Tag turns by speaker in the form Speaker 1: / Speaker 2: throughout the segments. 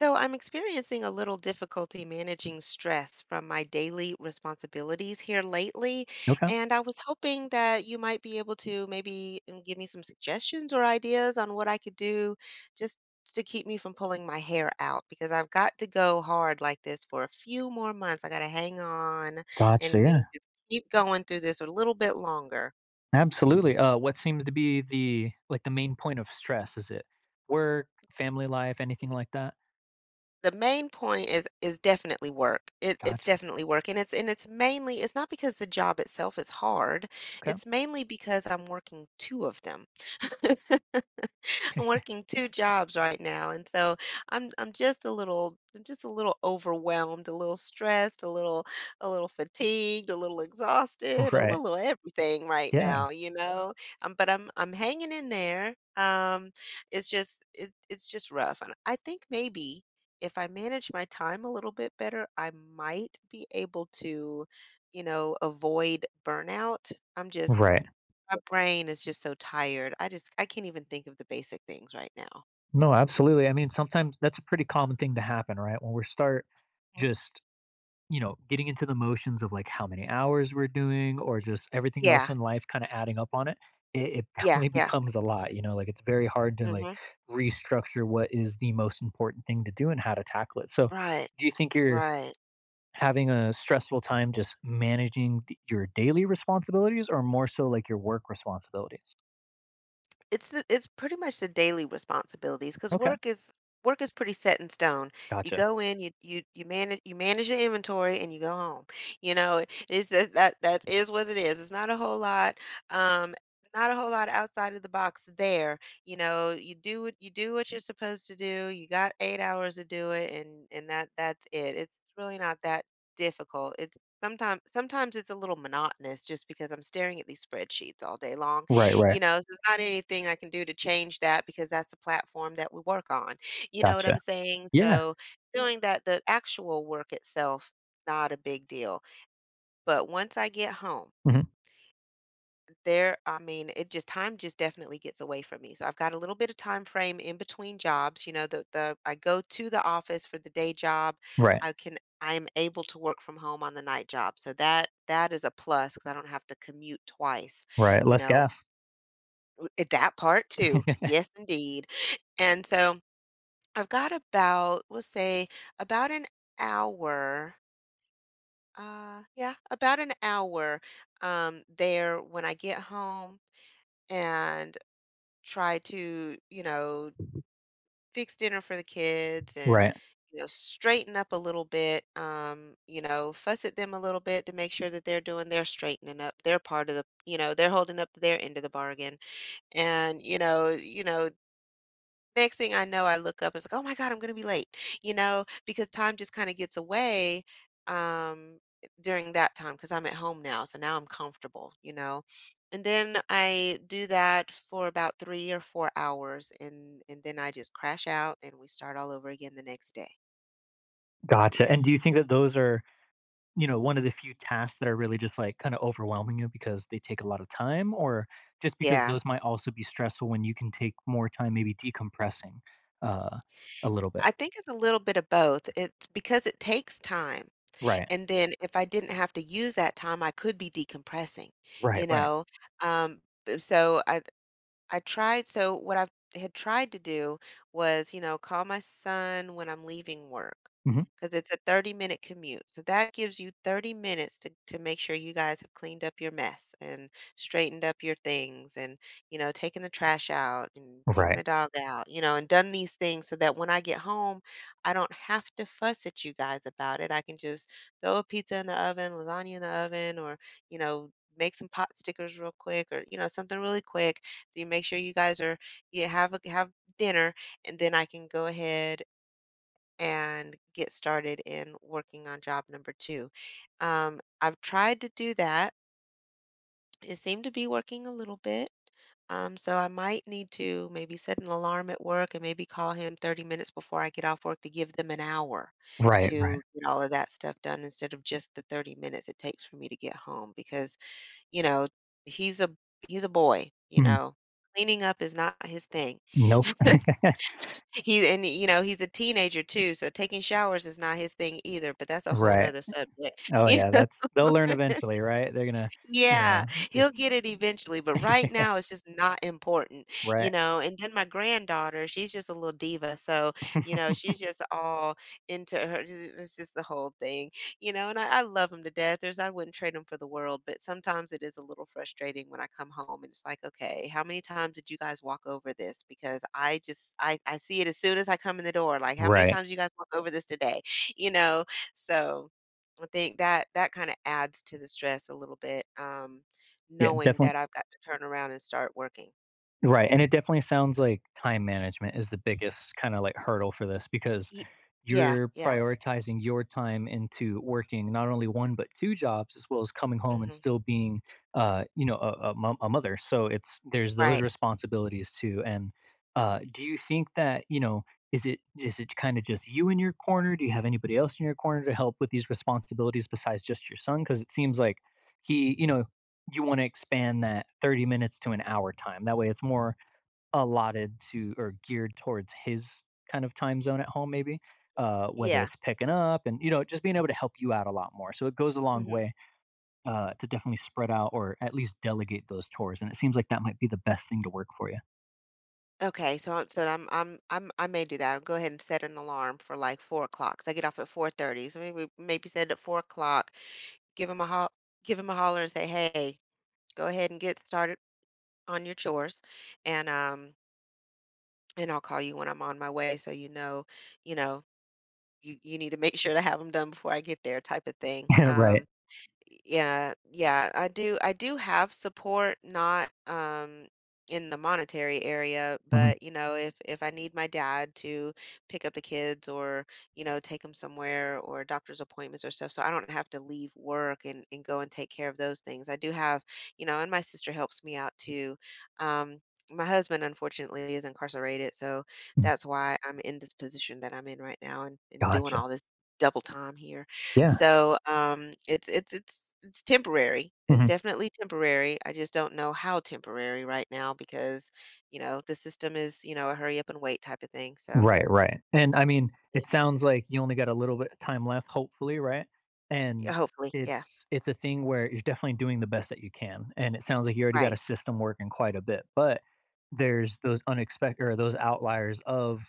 Speaker 1: So I'm experiencing a little difficulty managing stress from my daily responsibilities here lately,
Speaker 2: Okay.
Speaker 1: and I was hoping that you might be able to give me some suggestions or ideas on what I could do just to keep me from pulling my hair out because I've got to go hard like this for a few more months. I got to hang on
Speaker 2: Gotcha,
Speaker 1: and,
Speaker 2: yeah.
Speaker 1: and just keep going through this a little bit longer.
Speaker 2: Absolutely. What seems to be the like, the main point of stress? Is it work, family life, anything like that?
Speaker 1: The main point is definitely work. It's
Speaker 2: Gotcha.
Speaker 1: definitely work, and it's mainly it's not because the job itself is hard,
Speaker 2: Okay.
Speaker 1: it's mainly because I'm working 2 of them. I'm working two jobs right now, and so I'm just a little overwhelmed, a little stressed, a little fatigued, a little exhausted, a
Speaker 2: Right.
Speaker 1: little everything right
Speaker 2: Yeah.
Speaker 1: now, you know. But I'm hanging in there. It's just it's just rough, and I think maybe if I manage my time a little bit better, I might be able to, you know, avoid burnout. I'm just
Speaker 2: Right.
Speaker 1: My brain is just so tired. I can't even think of the basic things right now.
Speaker 2: No, absolutely. I mean, sometimes that's a pretty common thing to happen, right? When we start
Speaker 1: Mhm.
Speaker 2: just you know, getting into the motions of like how many hours we're doing or just everything else
Speaker 1: Yeah.
Speaker 2: in life kind of adding up on it, it
Speaker 1: Yeah,
Speaker 2: definitely
Speaker 1: yeah.
Speaker 2: becomes a lot. You know, like it's very hard to like
Speaker 1: Mhm.
Speaker 2: restructure what is the most important thing to do and how to tackle it. So,
Speaker 1: Right,
Speaker 2: do you think you're
Speaker 1: right.
Speaker 2: having a stressful time just managing your daily responsibilities or more so like your work responsibilities?
Speaker 1: It's pretty much the daily responsibilities because
Speaker 2: Okay.
Speaker 1: work is pretty set in stone. You
Speaker 2: Gotcha.
Speaker 1: go in, you manage your inventory, and you go home. You know, it's that is what it is. It's not a whole lot, um, not a whole lot outside of the box there. You know, you do what you're supposed to do. You got 8 hours to do it, and that's it. It's really not that difficult. It's sometimes it's a little monotonous just because I'm staring at these spreadsheets all day long,
Speaker 2: Right,
Speaker 1: you
Speaker 2: right.
Speaker 1: know, so there's not anything I can do to change that because that's the platform that we work on. You know what I'm
Speaker 2: Gotcha.
Speaker 1: saying?
Speaker 2: Yeah.
Speaker 1: So doing that, the actual work itself, not a big deal. But once I get home,
Speaker 2: hmm
Speaker 1: there, I mean, it just time just definitely gets away from me. So I've got a little bit of time frame in between jobs. You know, the I go to the office for the day job.
Speaker 2: Right,
Speaker 1: I am able to work from home on the night job. So that is a plus because I don't have to commute twice,
Speaker 2: right.
Speaker 1: you
Speaker 2: Less
Speaker 1: know.
Speaker 2: gas.
Speaker 1: Eh, that part too. Yes, indeed. And so I've got about, we'll say, about an hour. Yeah, about an hour there when I get home and try to, you know, fix dinner for the kids and,
Speaker 2: Right.
Speaker 1: you know, straighten up a little bit, you know, fuss at them a little bit to make sure that they're doing their straightening up, their part of the, you know, they're holding up their end of the bargain. And, you know, next thing I know, I look up, it's like, "Oh my god, I'm gonna be late," you know, because time just kinda gets away, um, during that time because 'cause I'm at home now, so now I'm comfortable, you know, and then I do that for about 3 or 4 hours, and then I just crash out, and we start all over again the next day.
Speaker 2: Gotcha. And do you think that those are you know, one of the few tasks that are really just like kind of overwhelming you because they take a lot of time, or just because
Speaker 1: Yeah.
Speaker 2: those might also be stressful when you can take more time, maybe decompressing uh, a little bit.
Speaker 1: I think it's a little bit of both. It's because it takes time,
Speaker 2: Right,
Speaker 1: and then if I didn't have to use that time, I could be decompressing,
Speaker 2: right,
Speaker 1: you
Speaker 2: right,
Speaker 1: know, b so I tried so what I had tried to do was, you know, call my son when I'm leaving work
Speaker 2: hmm
Speaker 1: because it's a 30-minute commute. So that gives you 30 minutes to make sure you guys have cleaned up your mess and straightened up your things and, you know, taken the trash out and taken the
Speaker 2: right,
Speaker 1: dog out, you know, and done these things so that when I get home, I don't have to fuss at you guys about it. I can just throw a pizza in the oven, lasagna in the oven, or, you know, make some pot stickers real quick or, you know, something really quick so you make sure you guys are you have a, have dinner, and then I can go ahead and get started in working on job number two. I've tried to do that. It seemed to be working a little bit. So I might need to maybe set an alarm at work and maybe call him 30 minutes before I get off work to give them an hour
Speaker 2: right, right.
Speaker 1: to get all of that stuff done instead of just the 30 minutes it takes for me to get home because, you know, he's a he's a boy, you
Speaker 2: Mm,
Speaker 1: know. Cleaning up is not his thing.
Speaker 2: nope.
Speaker 1: He and you know, he's a teenager too, so taking showers is not his thing either, but that's a whole
Speaker 2: Right.
Speaker 1: nother subject.
Speaker 2: Oh yeah, that's they'll learn eventually, right? They're gonna, you
Speaker 1: Yeah,
Speaker 2: know,
Speaker 1: he'll
Speaker 2: it's
Speaker 1: get it eventually, but right now it's just not important, you
Speaker 2: right,
Speaker 1: know. And then my granddaughter, she's just a little diva, so you know, she's just all into her. It's just the whole thing, you know. And I love him to death. There's I wouldn't trade him for the world, but sometimes it is a little frustrating when I come home and it's like, okay, how many times did you guys walk over this? Because I just I see it as soon as I come in the door. Like, how many
Speaker 2: right.
Speaker 1: times you guys walk over this today? You know, so. I think that that kinda adds to the stress a little bit,
Speaker 2: Yeah,
Speaker 1: knowing that
Speaker 2: definitely.
Speaker 1: I've got to turn around and start working.
Speaker 2: Right, and it definitely sounds like time management is the biggest kinda, like, hurdle for this because
Speaker 1: Ye Yeah,
Speaker 2: you're
Speaker 1: yeah,
Speaker 2: prioritizing your time into working not only 1 but 2 jobs as well as coming home and
Speaker 1: mhm,
Speaker 2: still being, you know, a mother, so it's there's those
Speaker 1: right,
Speaker 2: responsibilities too, and, do you think that, you know, is it kinda just you in your corner? Do you have anybody else in your corner to help with these responsibilities besides just your son? Because it seems like he you know, you wanna expand that 30 minutes to an hour time. That way it's more allotted to or geared towards his kind of time zone at home maybe, whether
Speaker 1: yeah,
Speaker 2: it's picking up and, you know, just being able to help you out a lot more. So it goes a long
Speaker 1: mhm.
Speaker 2: way, to definitely spread out or at least delegate those chores, and it seems like that might be the best thing to work for you.
Speaker 1: Okay, so I may do that. I'll go ahead and set an alarm for, like, 4 o'clock. So I get off at 4:30, so maybe set it at 4 o'clock. Give him a ho give him a holler and say, "Hey, go ahead and get started on your chores," and, um, and I'll call you when I'm on my way so you know, you know, you need to make sure to have them done before I get there type of thing.
Speaker 2: Yeah, right.
Speaker 1: Yeah, yeah, I do have support, not in the monetary area,
Speaker 2: Mhm.
Speaker 1: but you know, if I need my dad to pick up the kids or, you know, take them somewhere or doctor's appointments or stuff, so I don't have to leave work and go and take care of those things. I do have, you know, and my sister helps me out too. Um My husband, unfortunately, is incarcerated, so
Speaker 2: Mm.
Speaker 1: that's why I'm in this position that I'm in right now and doing
Speaker 2: Gotcha.
Speaker 1: all this double time here.
Speaker 2: Yeah.
Speaker 1: So, it's temporary. It's
Speaker 2: Mhm.
Speaker 1: definitely temporary. I just don't know how temporary right now because, you know, the system is, you know, a hurry up and wait type of thing. So,
Speaker 2: Right, right. And I mean,
Speaker 1: yeah.
Speaker 2: it sounds like you only got a little bit of time left, hopefully, right?
Speaker 1: Yeah,
Speaker 2: And
Speaker 1: hopefully, yeah.
Speaker 2: it's a thing where you're definitely doing the best that you can. And it sounds like you already got
Speaker 1: Right.
Speaker 2: a system working quite a bit, but there's those unexpected or those outliers of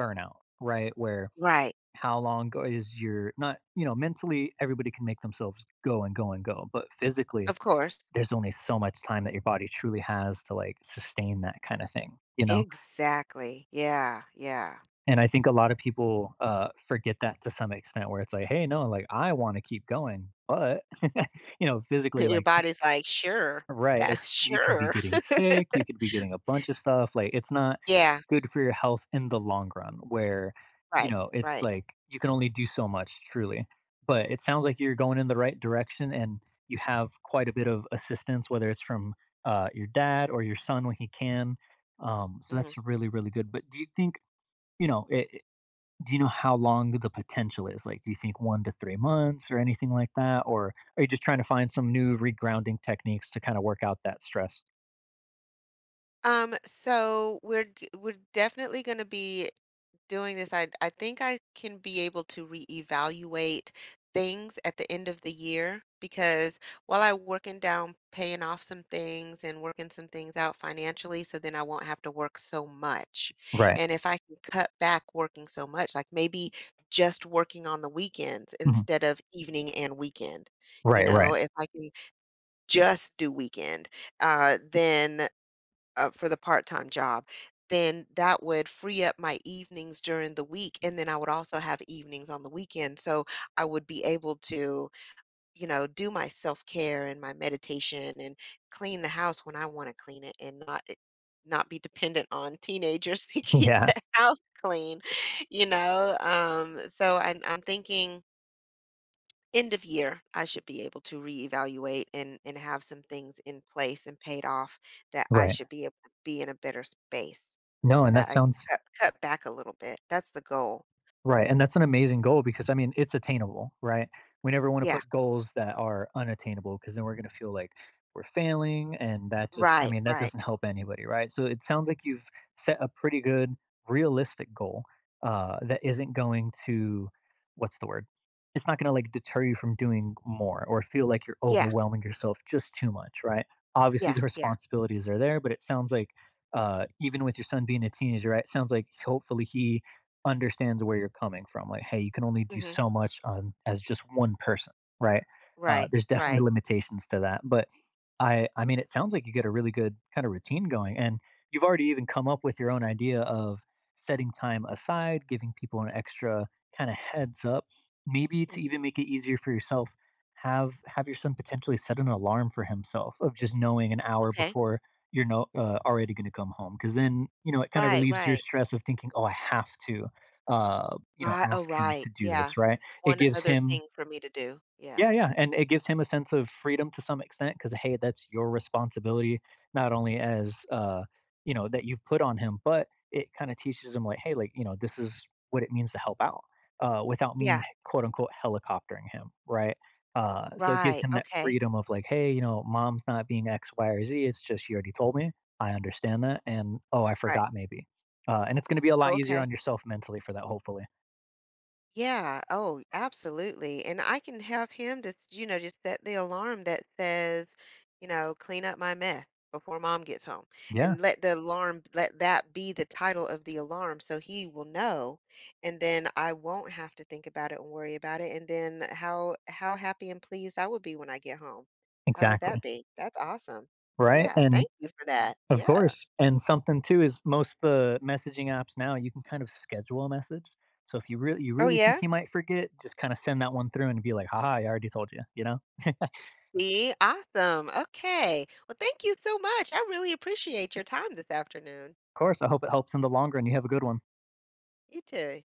Speaker 2: burnout, right? Where
Speaker 1: Right.
Speaker 2: how long go is your not, you know, mentally everybody can make themselves go and go and go, but physically
Speaker 1: Of course.
Speaker 2: there's only so much time that your body truly has to like sustain that kind of thing, you know?
Speaker 1: Exactly. Yeah. Yeah.
Speaker 2: And I think a lot of people, forget that to some extent where it's like, "Hey, no, like, I wanna keep going," but, you know, physically,
Speaker 1: Your
Speaker 2: like
Speaker 1: body's like, "Sure.
Speaker 2: right,
Speaker 1: That
Speaker 2: it's you can be
Speaker 1: sure."
Speaker 2: getting sick, you could be getting a bunch of stuff, like, it's not
Speaker 1: Yeah.
Speaker 2: good for your health in the long run where, you
Speaker 1: Right.
Speaker 2: know, it's
Speaker 1: Right.
Speaker 2: like you can only do so much truly. But it sounds like you're going in the right direction and you have quite a bit of assistance, whether it's from, your dad or your son when he can, so
Speaker 1: Mhm.
Speaker 2: that's really, really good. But do you think, you know, it do you know how long the potential is? Like, do you think 1 to 3 months or anything like that? Or are you just trying to find some new regrounding techniques to kinda work out that stress?
Speaker 1: So we're definitely going to be doing this. I think I can be able to reevaluate things at the end of the year because while I'm working down, paying off some things and working some things out financially, so then I won't have to work so much.
Speaker 2: Right.
Speaker 1: And if I can cut back working so much, like maybe just working on the weekends
Speaker 2: Mhm.
Speaker 1: instead of evening and weekend, you
Speaker 2: Right,
Speaker 1: know,
Speaker 2: right.
Speaker 1: if I can just do weekend, then for the part-time job, then that would free up my evenings during the week, and then I would also have evenings on the weekend, so I would be able to, you know, do my self-care and my meditation and clean the house when I wanna clean it and not it not be dependent on teenagers to keep
Speaker 2: Yeah,
Speaker 1: the house clean, you know? So I'm thinking end of year, I should be able to reevaluate and have some things in place and paid off that I
Speaker 2: right.
Speaker 1: should be able to be in a better space
Speaker 2: No,
Speaker 1: so
Speaker 2: and
Speaker 1: that
Speaker 2: that
Speaker 1: I can
Speaker 2: sounds
Speaker 1: cut back a little bit. That's the goal.
Speaker 2: right, and that's an amazing goal because, I mean, it's attainable, right? We never wanna
Speaker 1: Yeah.
Speaker 2: put goals that are unattainable because then we're gonna feel like we're failing, and that just I
Speaker 1: Right.
Speaker 2: mean, that
Speaker 1: Right.
Speaker 2: doesn't help anybody, right? So it sounds like you've set a pretty good realistic goal, that isn't going to what's the word? It's not gonna, like, deter you from doing more or feel like you're
Speaker 1: Yeah.
Speaker 2: overwhelming yourself just too much, right? Obviously,
Speaker 1: Yeah.
Speaker 2: the
Speaker 1: Yeah.
Speaker 2: responsibilities are there, but it sounds like, even with your son being a teenager, right, it sounds like hopefully he understands where you're coming from. Like, hey, you can only do
Speaker 1: Hmm.
Speaker 2: so much on as just one person, right?
Speaker 1: Right.
Speaker 2: There's definitely
Speaker 1: Right.
Speaker 2: limitations to that, but I mean, it sounds like you get a really good kind of routine going, and you've already even come up with your own idea of setting time aside, giving people an extra kind of heads up, maybe to
Speaker 1: Hmm.
Speaker 2: even make it easier for yourself. Have your son potentially set an alarm for himself of just knowing an hour
Speaker 1: Okay.
Speaker 2: before you're no, already going to come home because then you know it kind of
Speaker 1: Right.
Speaker 2: relieves your
Speaker 1: Right.
Speaker 2: stress of thinking oh I have to you know,
Speaker 1: Right. Oh,
Speaker 2: ask him
Speaker 1: right.
Speaker 2: to do
Speaker 1: Yeah.
Speaker 2: this, right? It
Speaker 1: One
Speaker 2: gives
Speaker 1: other
Speaker 2: him
Speaker 1: thing for me to do. Yeah.
Speaker 2: yeah, yeah, and it gives him a sense of freedom to some extent because hey, that's your responsibility, not only as you know, that you've put on him, but it kind of teaches him like, hey, like, you know, this is what it means to help out without me
Speaker 1: Yeah.
Speaker 2: quote unquote helicoptering him, right? So it gives
Speaker 1: Right.
Speaker 2: him that
Speaker 1: Okay.
Speaker 2: freedom of like, hey, you know, mom's not being X, Y, or Z. It's just she already told me. I understand that. And oh, I
Speaker 1: Right.
Speaker 2: forgot maybe. And it's going to be a
Speaker 1: Oh,
Speaker 2: lot easier
Speaker 1: okay.
Speaker 2: on yourself mentally for that, hopefully.
Speaker 1: Yeah. Oh, absolutely. And I can have him just, you know, just set the alarm that says, you know, clean up my mess before mom gets home
Speaker 2: Yeah,
Speaker 1: and let the alarm, let that be the title of the alarm. So he will know. And then I won't have to think about it and worry about it. And then how happy and pleased I would be when I get home. How would that
Speaker 2: exactly.
Speaker 1: be? That's awesome.
Speaker 2: Right?
Speaker 1: Yeah.
Speaker 2: And
Speaker 1: Thank you for that.
Speaker 2: of
Speaker 1: Yeah.
Speaker 2: course. And something too is most the messaging apps now, you can kind of schedule a message. So if you really
Speaker 1: Oh,
Speaker 2: think
Speaker 1: yeah.
Speaker 2: you might forget, just kind of send that one through and be like, haha, I already told you, you know? Of
Speaker 1: See? Awesome. Okay. Well, thank you so much. I really appreciate your time this afternoon.
Speaker 2: course, I hope it helps in the long run. You have a good one.
Speaker 1: You too.